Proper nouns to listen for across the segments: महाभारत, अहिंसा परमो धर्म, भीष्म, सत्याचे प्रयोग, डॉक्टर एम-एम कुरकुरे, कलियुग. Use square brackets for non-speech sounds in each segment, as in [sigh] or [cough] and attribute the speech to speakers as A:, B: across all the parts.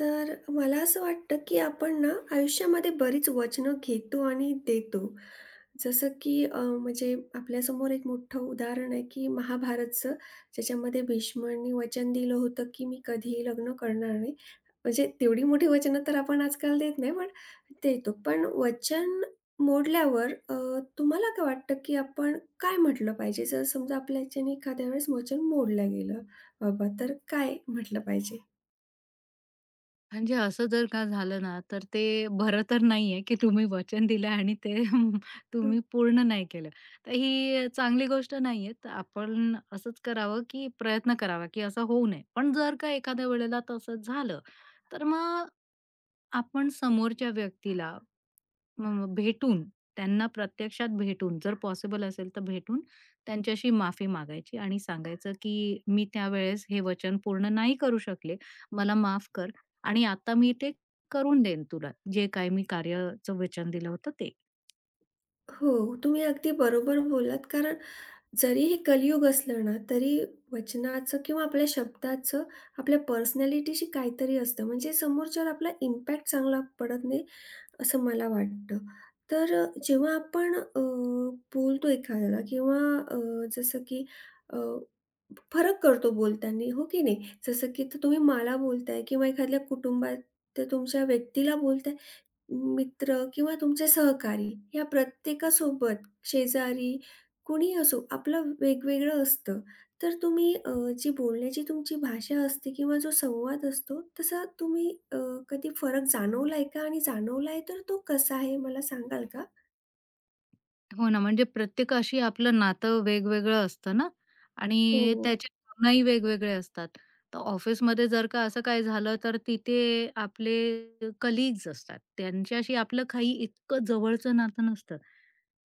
A: तर मला असं वाटतं, की आपण ना आयुष्यामध्ये बरीच वचनं घेतो आणि देतो. जसं की म्हणजे आपल्यासमोर एक मोठं उदाहरण आहे, की महाभारतचं ज्याच्यामध्ये भीष्मांनी वचन दिलं होतं, की मी कधीही लग्न करणार नाही. म्हणजे तेवढी मोठी वचनं तर आपण आजकाल देत नाही, पण देतो. पण वचन मोडल्यावर तुम्हाला काय वाटतं, की आपण काय म्हटलं पाहिजे? जर समजा आपल्या ह्याच्याने एखाद्या वेळेस वचन मोडलं गेलं बाबा, तर काय म्हटलं पाहिजे?
B: म्हणजे असं जर का झालं ना, तर ते बरं तर नाहीये, की तुम्ही वचन दिलं आणि ते [laughs] तुम्ही पूर्ण नाही केलं. तर ही चांगली गोष्ट नाहीये. तर आपण असंच करावं, की प्रयत्न करावा, की असं होऊ नये. पण जर का एखाद्या वेळेला तसं झालं, तर मग आपण समोरच्या व्यक्तीला अ, भेटून, त्यांना प्रत्यक्षात भेटून, जर पॉसिबल असेल तर भेटून त्यांच्याशी माफी मागायची आणि सांगायचं, की "मी त्यावेळेस हे वचन पूर्ण नाही करू शकले. मला माफ कर." आणि आता मी ते करून देईन तुला, जे काही मी कार्याचं वचन दिलं होतं ते.
A: हो, तुम्ही अगदी बरोबर बोललात. कारण जरी हे कलियुग असलं ना, तरी वचनाचं किंवा आपल्या शब्दाचं आपल्या पर्सनॅलिटीशी काहीतरी असतं. म्हणजे समोरच्यावर आपला इम्पॅक्ट चांगला पडत नाही असं मला वाटतं. तर जेव्हा आपण बोलतो एखाद्याला किंवा जसं की अ, फरक करतो बोलताना, हो की नाही? जसं की तर तुम्ही मला बोलताय किंवा एखाद्या कुटुंबातल्या तुमच्या व्यक्तीला बोलताय, मित्र किंवा तुमचे सहकारी या प्रत्येकासोबत, शेजारी, कुणीही असो, आपलं वेगवेगळं असतं. तर तुम्ही जी बोलण्याची तुमची भाषा असते किंवा जो संवाद असतो, तसा तुम्ही कधी फरक जाणवलाय का? आणि जाणवलाय तर तो कसा आहे मला सांगाल का?
B: हो ना, म्हणजे प्रत्येकाशी आपलं नातं वेगवेगळं असतं ना आणि
A: हो.
B: त्याच्या भावनाही वेगवेगळ्या असतात. तर ऑफिसमध्ये जर का असं काही झालं, तर तिथे आपले कलीग्स असतात. त्यांच्याशी आपलं काही इतकं जवळचं नातं नसतं.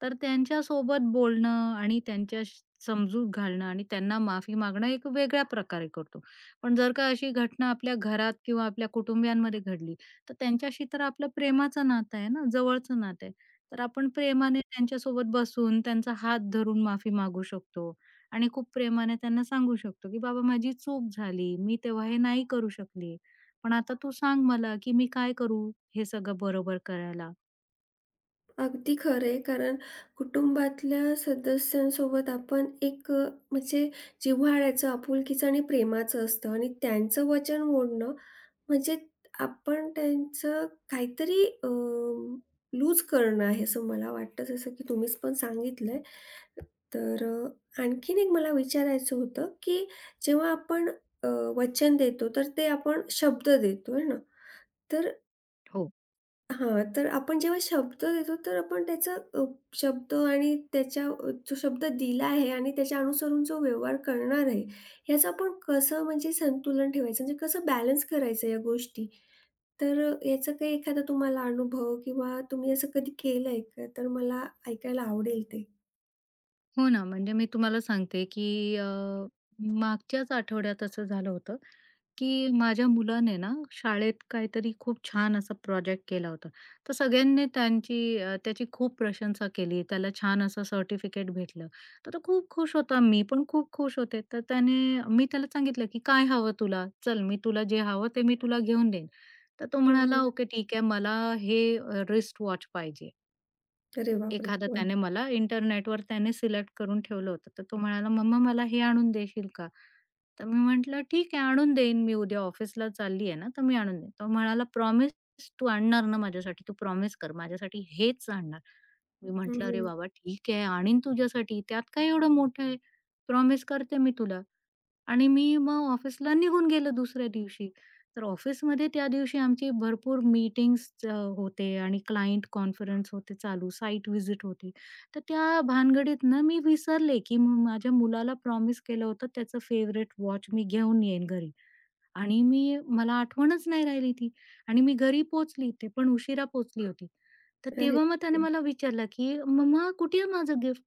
B: तर त्यांच्यासोबत बोलणं आणि त्यांच्या समजूत घालणं आणि त्यांना माफी मागणं एक वेगळ्या प्रकारे करतो. पण जर का अशी घटना आपल्या घरात किंवा आपल्या कुटुंबियांमध्ये घडली, तर त्यांच्याशी तर आपलं प्रेमाचं नातं आहे ना, जवळचं नातं आहे. तर आपण प्रेमाने त्यांच्यासोबत बसून त्यांचा हात धरून माफी मागू शकतो आणि खूप प्रेमाने त्यांना सांगू शकतो की "बाबा माझी चूक झाली. मी तेव्हा हे नाही करू शकली. पण आता तू सांग मला की मी काय करू हे सगळं बरोबर करायला?"
A: अगदी खरं आहे. कारण कुटुंबातल्या सदस्यांसोबत आपण एक म्हणजे जिव्हाळ्याचं, आपुलकीचं आणि प्रेमाचं असतं आणि त्यांचं वचन मोडणं म्हणजे आपण त्यांचं काहीतरी लूज करणं आहे असं मला वाटतं, जसं की तुम्हीच पण सांगितलंय. तर आणखीन एक मला विचारायचं होतं, की जेव्हा आपण अ, वचन देतो, तर ते आपण शब्द देतो, आहे ना? तर
B: हो.
A: हां, तर आपण जेव्हा शब्द देतो, तर आपण त्याचा अ, शब्द आणि त्याच्या जो शब्द दिला आहे आणि त्याच्या अनुसरून जो व्यवहार करणार आहे, याचं आपण कसं म्हणजे संतुलन ठेवायचं, म्हणजे कसं बॅलन्स करायचं या गोष्टी. तर याचा काही एखादा तुम्हाला अनुभव किंवा तुम्ही असं कधी केलंय का? तर मला ऐकायला आवडेल ते.
B: हो ना, म्हणजे मी तुम्हाला सांगते की मागच्याच आठवड्यात असं झालं होतं. की माझ्या मुलाने ना शाळेत काहीतरी खूप छान असा प्रोजेक्ट केला होता. तर सगळ्यांनी त्याची खूप प्रशंसा केली. त्याला छान असं सर्टिफिकेट भेटलं. तर तो खूप खुश होता. मी पण खूप खुश होते. तर मी त्याला सांगितलं, की "काय हवं तुला? चल मी तुला जे हवं ते मी तुला घेऊन देईन." तर तो
A: हं,
B: म्हणाला,
A: हं.
B: "ओके ठीक आहे. मला हे रिस्ट वॉच पाहिजे."
A: अरे बापरे!
B: एखादा त्याने
A: वाह!
B: मला इंटरनेटवर त्याने सिलेक्ट करून ठेवलं होतं. तर तो म्हणाला, "मम्मा मला हे आणून देशील का?" तर मी म्हटलं, "ठीक आहे, आणून देईन मी उद्या ऑफिसला चालली आहे ना, तर मी आणून देईन." तो म्हणाला, "प्रॉमिस तू आणणार ना माझ्यासाठी? तू प्रॉमिस कर माझ्यासाठी हेच आणणार." मी
A: हं,
B: म्हटलं, "अरे
A: हं.
B: बाबा ठीक आहे, आणीन तुझ्यासाठी त्यात काय एवढं मोठं आहे? प्रॉमिस करते मी तुला." आणि मी मग ऑफिसला निघून गेले दुसऱ्या दिवशी. तर ऑफिसमध्ये त्या दिवशी आमची भरपूर मीटिंग्स होते आणि क्लायंट कॉन्फरन्स होते चालू, साइट व्हिजिट होती. तर त्या भानगडीत ना मी विसरले, की माझ्या मुलाला प्रॉमिस केलं होतं त्याचं फेवरेट वॉच मी घेऊन येईन घरी आणि मला आठवणच नाही राहिली ती आणि मी घरी पोहोचली, ते पण उशिरा पोहोचली होती. तर
A: अरे!
B: तेव्हा मग त्याने
A: बापरे!
B: मला विचारलं, की "मम्मा कुठे आहे माझं गिफ्ट?"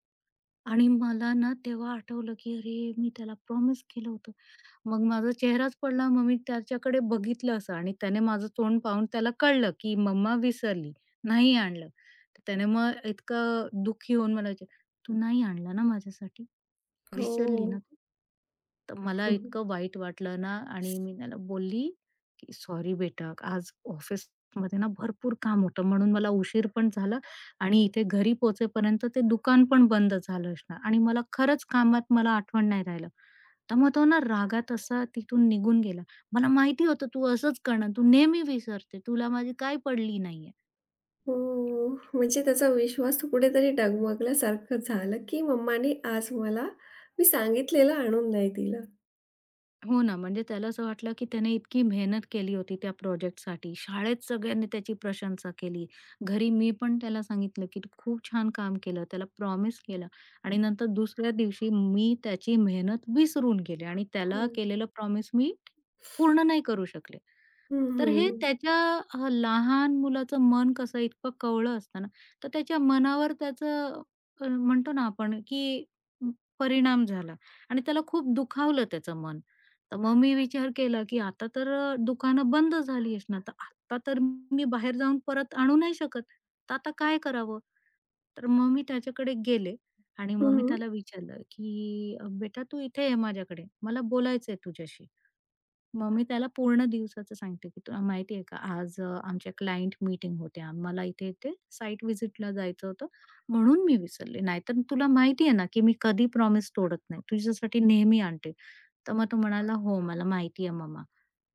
B: आणि मला ना तेव्हा आठवलं, की अरे, मी त्याला प्रॉमिस केलं होतं. मग माझा चेहराच पडला. मग मी त्याच्याकडे बघितलं असं आणि त्याने माझं तोंड पाहून त्याला कळलं, की मम्मा विसरली, नाही आणलं. तर त्याने मग इतकं दुःखी होऊन मला विचारलं, "तू नाही आणला ना माझ्यासाठी? विसरली ना तू?" तर मला
A: हो.
B: इतकं वाईट वाटलं ना आणि मी त्याला बोलली, की "सॉरी बेटा, आज ऑफिसमध्ये ना भरपूर काम होतं म्हणून मला उशीर पण झाला आणि इथे घरी पोहोचेपर्यंत ते दुकान पण बंद झालं असणार आणि मला खरंच कामात मला आठवण नाही राहिलं." तर मग तो ना रागात असा तिथून निघून गेला. मला माहिती होतं तू असंच करणार, तू नेहमी विसरते, तुला माझी काय पडली नाहीये.
A: हो. म्हणजे त्याचा विश्वास तो कुठेतरी डगमगल्यासारखं झालं, की मम्माने आज मला मी सांगितलेलं आणून नाही दिलं.
B: हो ना, म्हणजे त्याला असं वाटलं, की त्याने इतकी मेहनत केली होती त्या प्रोजेक्टसाठी. शाळेत सगळ्यांनी त्याची प्रशंसा केली. घरी मी पण त्याला सांगितलं, की "तू खूप छान काम केलं." त्याला प्रॉमिस केलं आणि नंतर दुसऱ्या दिवशी मी त्याची मेहनत विसरून गेले आणि त्याला
A: हं.
B: केलेलं प्रॉमिस मी पूर्ण नाही करू शकले.
A: हं,
B: तर हे
A: हं.
B: लहान मुलाचं मन कसं इतकं कवळं असतं ना, तर त्याच्या मनावर म्हणतो ना आपण, की परिणाम झाला आणि त्याला खूप दुखावलं त्याचं मन. तर मग मी विचार केला, की दुकानं बंद झाली असणार, तर आता तर मी बाहेर जाऊन परत आणू नाही शकत. तर आता काय करावं? तर मग मी त्याच्याकडे गेले आणि मग मी
A: हं,
B: त्याला विचारलं, की बेटा तू इथे ये माझ्याकडे. मला बोलायचंय तुझ्याशी." मग मी त्याला पूर्ण दिवसाचं सांगते, की "तुला माहिती आहे का आज आमच्या क्लायंट मीटिंग होत्या. मला इथे-इथे साइट व्हिजिटला जायचं होतं, म्हणून मी विसरले. नाहीतर तुला माहिती आहे ना, की मी कधी प्रॉमिस तोडत नाही. तुझ्यासाठी नेहमी आणते." तर मग तो म्हणाला, "हो, मला माहिती आहे मम्मा."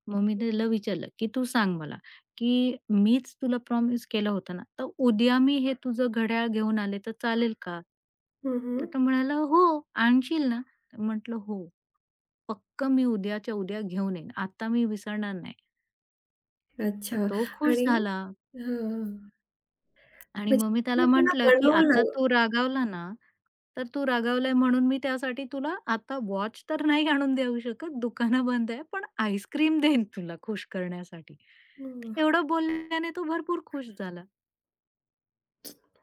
B: मग मी त्याला विचारलं, की "तू सांग मला, की मीच तुला प्रॉमिस केलं होतं ना, तर उद्या मी हे तुझं घड्याळ घेऊन आले तर चालेल का?"
A: हं,
B: तर तो म्हणाला, "हो, आणशील ना?" म्हटलं, "हो, पक्क मी उद्याच्या उद्या घेऊन येईन. आता मी विसरणार नाही." तर
A: अच्छा
B: तो खुश
A: आणि
B: झाला.
A: हां,
B: आणि मग मी
A: म्हणजे
B: त्याला
A: तुम्ही मला
B: म्हटलं, की "आता
A: बनवलं.
B: तू रागावला ना, तर तू रागावलाय म्हणून मी त्यासाठी तुला आता वॉच तर नाही आणून देऊ शकत, दुकानं बंद आहे, पण आईस्क्रीम देईन तुला खुश करण्यासाठी."
A: हं.
B: तर एवढं बोलल्याने तो भरपूर खुश झाला.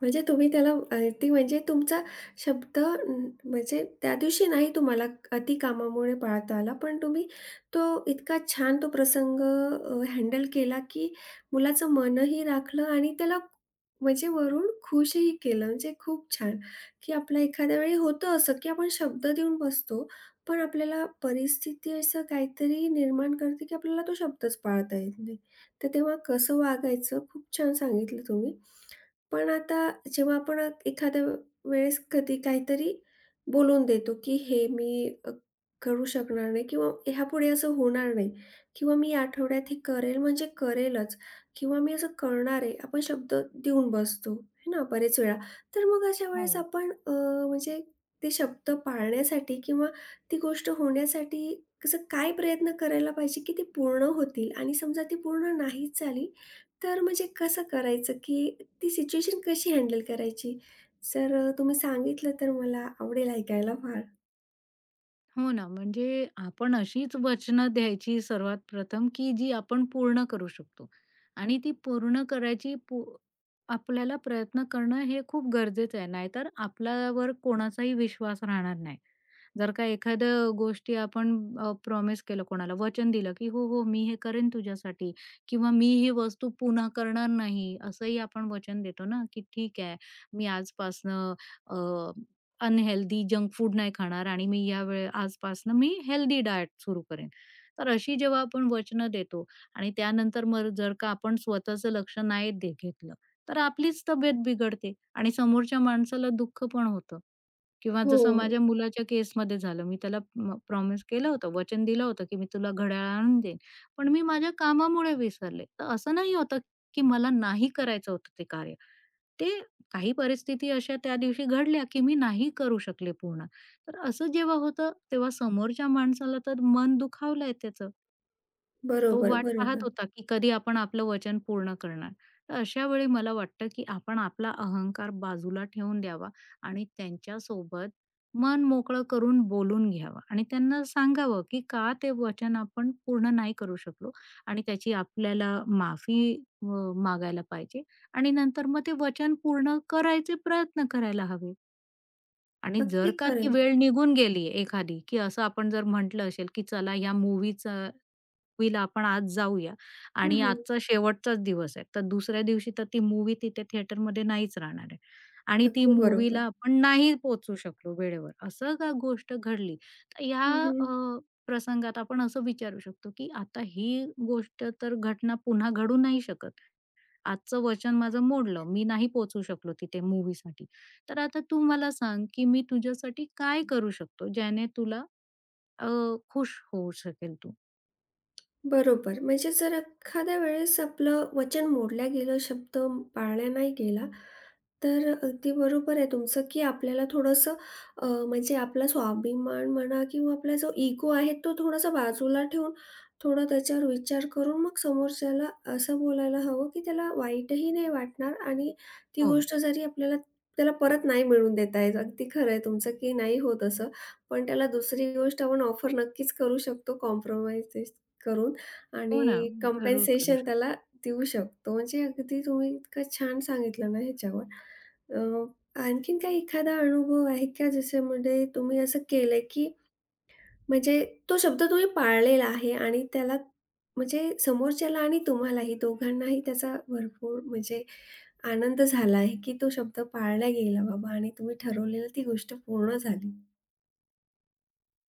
A: म्हणजे तुम्ही त्याला अगदी म्हणजे तुमचा शब्द म्हणजे त्या दिवशी नाही तुम्हाला अति कामामुळे पाळता आला, पण तुम्ही तो इतका छान तो प्रसंग हँडल केला, की मुलाचं मनही राखलं आणि त्याला म्हणजे वरून खुशही केलं. म्हणजे खूप छान, की आपलं एखाद्या वेळी होतं असं, की आपण शब्द देऊन बसतो, पण आपल्याला परिस्थिती असं काहीतरी निर्माण करते, की आपल्याला तो शब्दच पाळता येत नाही. तर तेव्हा कसं वागायचं खूप छान सांगितलं तुम्ही. पण आता जेव्हा आपण एखाद्या वेळेस कधी काहीतरी बोलून देतो, की हे मी करू शकणार नाही किंवा ह्यापुढे असं होणार नाही किंवा मी या आठवड्यात हे करेल म्हणजे करेलच किंवा मी असं करणार आहे, आपण शब्द देऊन बसतो, है ना, बरेच वेळा. तर मग अशा वेळेस
B: हो.
A: आपण म्हणजे ते शब्द पाळण्यासाठी किंवा ती गोष्ट होण्यासाठी कसं काय प्रयत्न करायला पाहिजे, की ती पूर्ण होतील आणि समजा ती पूर्ण नाहीच झाली, तर म्हणजे कसं करायचं, की ती सिच्युएशन कशी हँडल करायची? जर तुम्ही सांगितलं तर मला आवडेल ऐकायला फार.
B: हो ना, म्हणजे आपण अशीच वचनं द्यायची सर्वात प्रथम, की जी आपण पूर्ण करू शकतो आणि ती पूर्ण करायची. आपल्याला प्रयत्न करणं हे खूप गरजेचं आहे. नाहीतर आपल्यावर कोणाचाही विश्वास राहणार नाही. जर का एखाद्या गोष्टी आपण प्रॉमिस केलं कोणाला, वचन दिलं, की "हो, हो, मी हे करेन तुझ्यासाठी" किंवा "मी ही वस्तू पुन्हा करणार नाही." असंही आपण वचन देतो ना, की "ठीक आहे, मी आजपासनं अनहेल्दी जंक फूड नाही खाणार आणि मी यावेळे आजपासनं मी हेल्दी डाएट सुरू करेन. तर अशी जेव्हा आपण वचनं देतो आणि त्यानंतर मग जर का आपण स्वतःचं लक्ष नाही घेतलं, तर आपलीच तब्येत बिघडते आणि समोरच्या माणसाला दुःख पण होतं. किंवा
A: हो.
B: जसं माझ्या मुलाच्या केसमध्ये झालं. मी त्याला प्रॉमिस केलं होतं, वचन दिलं होतं, की मी तुला घड्याळ आणून देईन. पण मी माझ्या कामामुळे विसरले. तर असं नाही होतं, की मला नाही करायचं होतं ते कार्य. ते काही परिस्थिती अशा त्या दिवशी घडल्या, की मी नाही करू शकले पूर्ण. तर असं जेव्हा होतं, तेव्हा समोरच्या माणसाला तर मन दुखावलंय त्याचं. तो
A: बरोबर,
B: वाट पाहत
A: बरोबर.
B: होता, की कधी आपण आपलं वचन पूर्ण करणार. तर अशा वेळी मला वाटतं, की आपण आपला अहंकार बाजूला ठेवून द्यावा आणि त्यांच्यासोबत मन मोकळं करून बोलून घ्यावं आणि त्यांना सांगावं, की का ते वचन आपण पूर्ण नाही करू शकलो आणि त्याची आपल्याला माफी अ, मागायला पाहिजे आणि नंतर मग ते वचन पूर्ण करायचे प्रयत्न करायला हवे. आणि जर
A: अगदी
B: का
A: खरं
B: ती
A: आहे.
B: वेळ निघून गेली एखादी, की असं आपण जर म्हटलं असेल, की चला या मूव्हीचा मूव्हीला आपण आज जाऊया
A: हं,
B: आणि
A: हं.
B: आजचा शेवटचाच दिवस आहे. तर दुसऱ्या दिवशी तर ती मूव्ही तिथे थिएटरमध्ये नाहीच राहणार आहे आणि ती
A: अगदी
B: मूव्हीला
A: बरोबर.
B: आपण नाही पोहोचू शकलो वेळेवर. असं का गोष्ट घडली. तर ह्या
A: हं, हं.
B: अ, प्रसंगात आपण असं विचारू शकतो, की आता ही गोष्ट तर घटना पुन्हा घडू नाही शकत. आजचं वचन माझं मोडलं. मी नाही पोहोचू शकलो तिथे मूव्हीसाठी. तर आता तू मला सांग, की मी तुझ्यासाठी काय करू शकतो, ज्याने तुला अ, खुश होऊ शकेल तू?
A: बरोबर. म्हणजे जर एखाद्या वेळेस आपलं वचन मोडल्या गेलं, शब्द पाळल्या नाही गेला, तर अगदी बरोबर आहे तुमचं, की आपल्याला थोडंसं म्हणजे आपला स्वाभिमान म्हणा किंवा आपला जो इगो आहे, तो थोडासा बाजूला ठेवून, थोडा त्याच्यावर विचार करून मग समोरच्याला असं बोलायला हवं, की त्याला वाईटही नाही वाटणार आणि ती
B: हो.
A: गोष्ट जरी आपल्याला त्याला परत नाही मिळवून देता येत. अगदी खरं आहे तुमचं, की नाही होत असं. पण त्याला दुसरी गोष्ट आपण ऑफर नक्कीच करू शकतो कॉम्प्रोमाइज करून.
B: हो ना,
A: आणि
B: जरूर करू
A: कंपेन्सेशन त्याला
B: शकतो.
A: देऊ शकतो. म्हणजे अगदी तुम्ही इतकं छान सांगितलं ना ह्याच्यावर. अ, आणखीन काही एखादा अनुभव आहे का ज्याच्यामध्ये तुम्ही असं केलंय, की म्हणजे तो शब्द तुम्ही पाळलेला आहे आणि त्याला म्हणजे समोरच्याला आणि तुम्हालाही दोघांनाही त्याचा भरपूर म्हणजे आनंद झाला आहे, की तो शब्द पाळला गेला बाबा आणि तुम्ही ठरवलेलं ती गोष्ट पूर्ण झाली.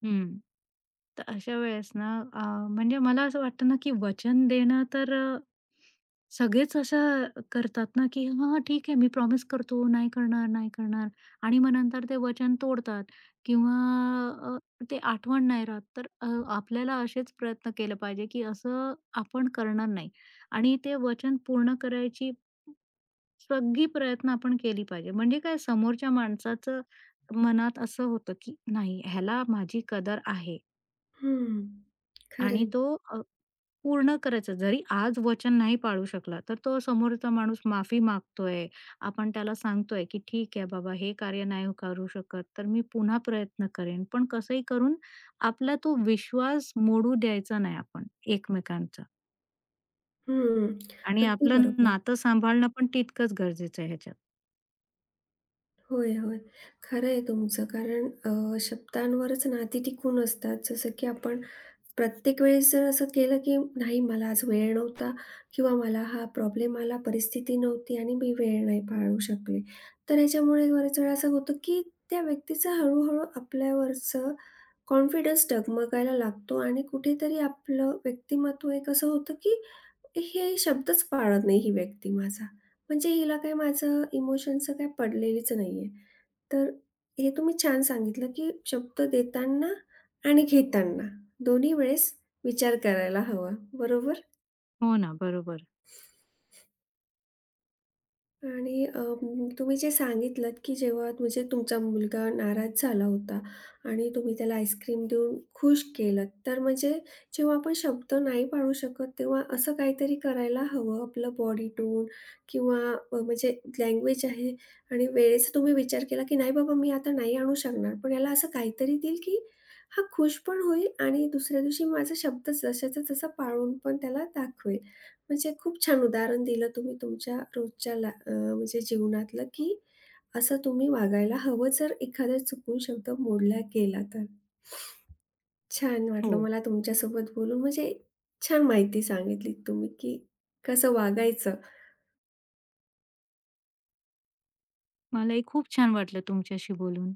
B: हं. तर अशा वेळेस ना म्हणजे मला असं वाटतं ना, की वचन देणं तर सगळेच असं करतात ना, की "हां, ठीक आहे, मी प्रॉमिस करतो, नाही करणार, नाही करणार." आणि मग नंतर ते वचन तोडतात किंवा अ, ते आठवण नाही राहत. तर आपल्याला असेच प्रयत्न केले पाहिजे, की असं आपण करणार नाही आणि ते वचन पूर्ण करायची सगळी प्रयत्न आपण केली पाहिजे. म्हणजे काय समोरच्या माणसाचं मनात असं होतं, की नाही ह्याला माझी कदर आहे
A: हं. खरं
B: आणि
A: आहे.
B: तो अ, पूर्ण करायचं. जरी आज वचन नाही पाळू शकला, तर तो समोरचा माणूस माफी मागतोय. आपण त्याला सांगतोय, की "ठीक आहे बाबा, हे कार्य नाही करू शकत, तर मी पुन्हा प्रयत्न करेन." पण कसंही करून आपला तो विश्वास मोडू द्यायचा नाही आपण एकमेकांचा आणि
A: अगदी
B: आपलं
A: बरोबर.
B: नातं सांभाळणं पण तितकंच गरजेचं आहे ह्याच्यात.
A: होय, होय. खरं आहे तुमचं. कारण शब्दांवरच नाती टिकून असतात. जसं की आपण प्रत्येक वेळेस जर असं केलं की नाही मला आज वेळ नव्हता किंवा मला हा प्रॉब्लेम आला, परिस्थिती नव्हती आणि मी वेळ नाही पाळू शकले. तर ह्याच्यामुळे बऱ्याच वेळा असं होतं की त्या व्यक्तीचा हळू आपल्यावरचं कॉन्फिडन्स डगमगायला लागतो आणि कुठेतरी आपलं व्यक्तिमत्व एक असं होतं की हे शब्दच पाळत नाही ही व्यक्ती माझा. म्हणजे हिला काही माझं इमोशनचं काही पडलेलीच नाहीये. तर हे तुम्ही छान सांगितलं, की शब्द देताना आणि घेताना दोन्ही वेळेस विचार करायला हवा, बरोबर?
B: हो ना, बरोबर.
A: आणि तुम्ही जे सांगितलंत, की जेव्हा म्हणजे तुमचा मुलगा नाराज झाला होता आणि तुम्ही त्याला आईस्क्रीम देऊन खुश केलंत. तर म्हणजे जेव्हा आपण शब्द नाही पाळू शकत, तेव्हा असं काहीतरी करायला हवं. आपलं बॉडी टोन किंवा म्हणजे लँग्वेज आहे आणि वेळेचा तुम्ही विचार केला, की "नाही बाबा, मी आता नाही आणू शकणार." पण याला असं काहीतरी देईल, की हा खुश पण होईल आणि दुसऱ्या दिवशी माझा शब्द जशाचा तसा पाळून पण त्याला दाखवेल. म्हणजे खूप छान उदाहरण दिलं तुम्ही तुमच्या रोजच्या ला म्हणजे जीवनातलं, की असं तुम्ही वागायला हवं जर एखादा चुकून शब्द मोडला गेला तर. छान वाटलं
B: हो.
A: मला तुमच्यासोबत बोलून. म्हणजे छान माहिती सांगितलीत तुम्ही, की कसं वागायचं.
B: मलाही खूप छान वाटलं तुमच्याशी बोलून.